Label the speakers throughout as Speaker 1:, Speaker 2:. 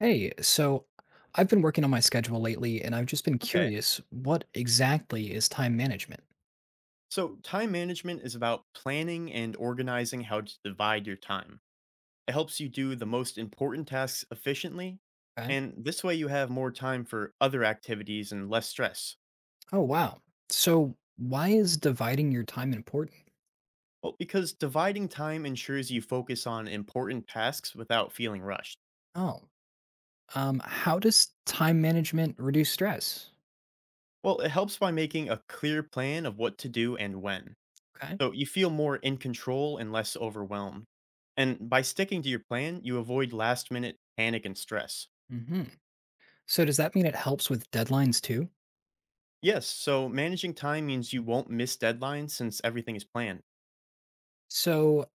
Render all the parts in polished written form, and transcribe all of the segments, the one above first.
Speaker 1: Hey, so I've been working on my schedule lately and I've just been
Speaker 2: Okay.
Speaker 1: curious, what exactly is time management?
Speaker 2: So, time management is about planning and organizing how to divide your time. It helps you do the most important tasks efficiently,
Speaker 1: Okay.
Speaker 2: and this way you have more time for other activities and less stress.
Speaker 1: Oh, wow. So why is dividing your time important?
Speaker 2: Well, because dividing time ensures you focus on important tasks without feeling rushed.
Speaker 1: Oh, how does time management reduce stress?
Speaker 2: Well, it helps by making a clear plan of what to do and when.
Speaker 1: Okay.
Speaker 2: So, you feel more in control and less overwhelmed. And by sticking to your plan, you avoid last minute panic and stress.
Speaker 1: Hmm. So does that mean it helps with deadlines too?
Speaker 2: Yes, so managing time means you won't miss deadlines since everything is planned.
Speaker 1: So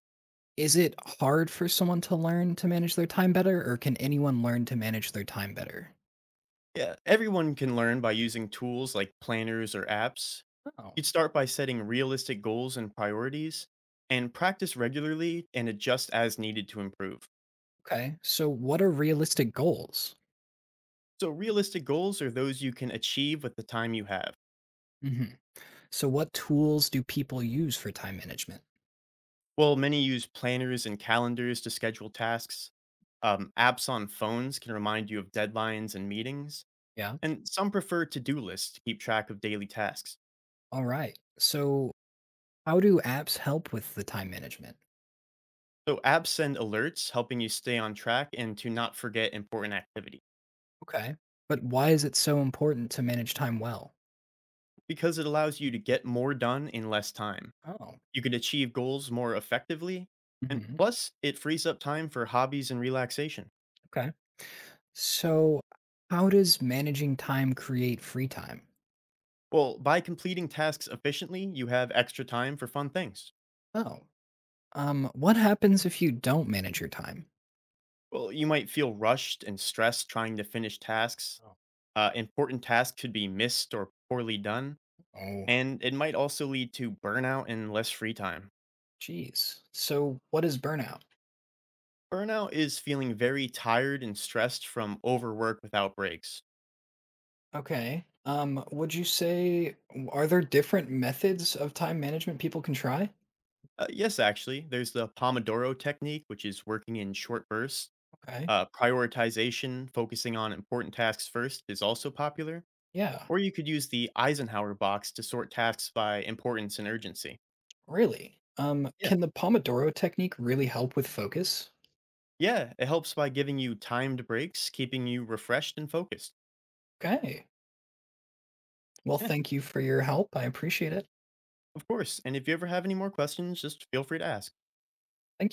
Speaker 1: is it hard for someone to learn to manage their time better, or can anyone learn to manage their time better?
Speaker 2: Yeah, everyone can learn by using tools like planners or apps.
Speaker 1: Oh,
Speaker 2: You'd start by setting realistic goals and priorities and practice regularly and adjust as needed to improve.
Speaker 1: okay. So what are realistic goals?
Speaker 2: So, realistic goals are those you can achieve with the time you have.
Speaker 1: Mhm. So, what tools do people use for time management?
Speaker 2: Well, many use planners and calendars to schedule tasks. Apps on phones can remind you of deadlines and meetings.
Speaker 1: Yeah.
Speaker 2: And some prefer to do lists to keep track of daily tasks.
Speaker 1: All right. So, how do apps help with the time management?
Speaker 2: So apps send alerts helping you stay on track and to not forget important activities
Speaker 1: Okay. But why is it so important to manage time well?
Speaker 2: because it allows you to get more done in less time.
Speaker 1: Oh.
Speaker 2: You can achieve goals more effectively, and
Speaker 1: Hmm.
Speaker 2: plus, it frees up time for hobbies and relaxation.
Speaker 1: Okay. So, how does managing time create free time?
Speaker 2: Well, by completing tasks efficiently, you have extra time for fun things.
Speaker 1: Oh, what happens if you don't manage your time?
Speaker 2: Well, you might feel rushed and stressed trying to finish tasks.
Speaker 1: Oh,
Speaker 2: Important tasks could be missed or poorly done,
Speaker 1: oh,
Speaker 2: and it might also lead to burnout and less free time.
Speaker 1: geez. So, what is burnout?
Speaker 2: Burnout is feeling very tired and stressed from overwork without breaks.
Speaker 1: Okay. Would you say, are there different methods of time management people can try?
Speaker 2: Yes, actually, there's the Pomodoro technique, which is working in short bursts.
Speaker 1: Okay.
Speaker 2: Prioritization, focusing on important tasks first, is also popular.
Speaker 1: Yeah,
Speaker 2: Or you could use the Eisenhower box to sort tasks by importance and urgency.
Speaker 1: really.
Speaker 2: Yeah.
Speaker 1: Can the Pomodoro technique really help with focus?
Speaker 2: Yeah, it helps by giving you timed breaks, keeping you refreshed and focused.
Speaker 1: Okay. Well,
Speaker 2: Yeah,
Speaker 1: thank you for your help. I appreciate it.
Speaker 2: of course. And if you ever have any more questions, just feel free to ask.
Speaker 1: Thank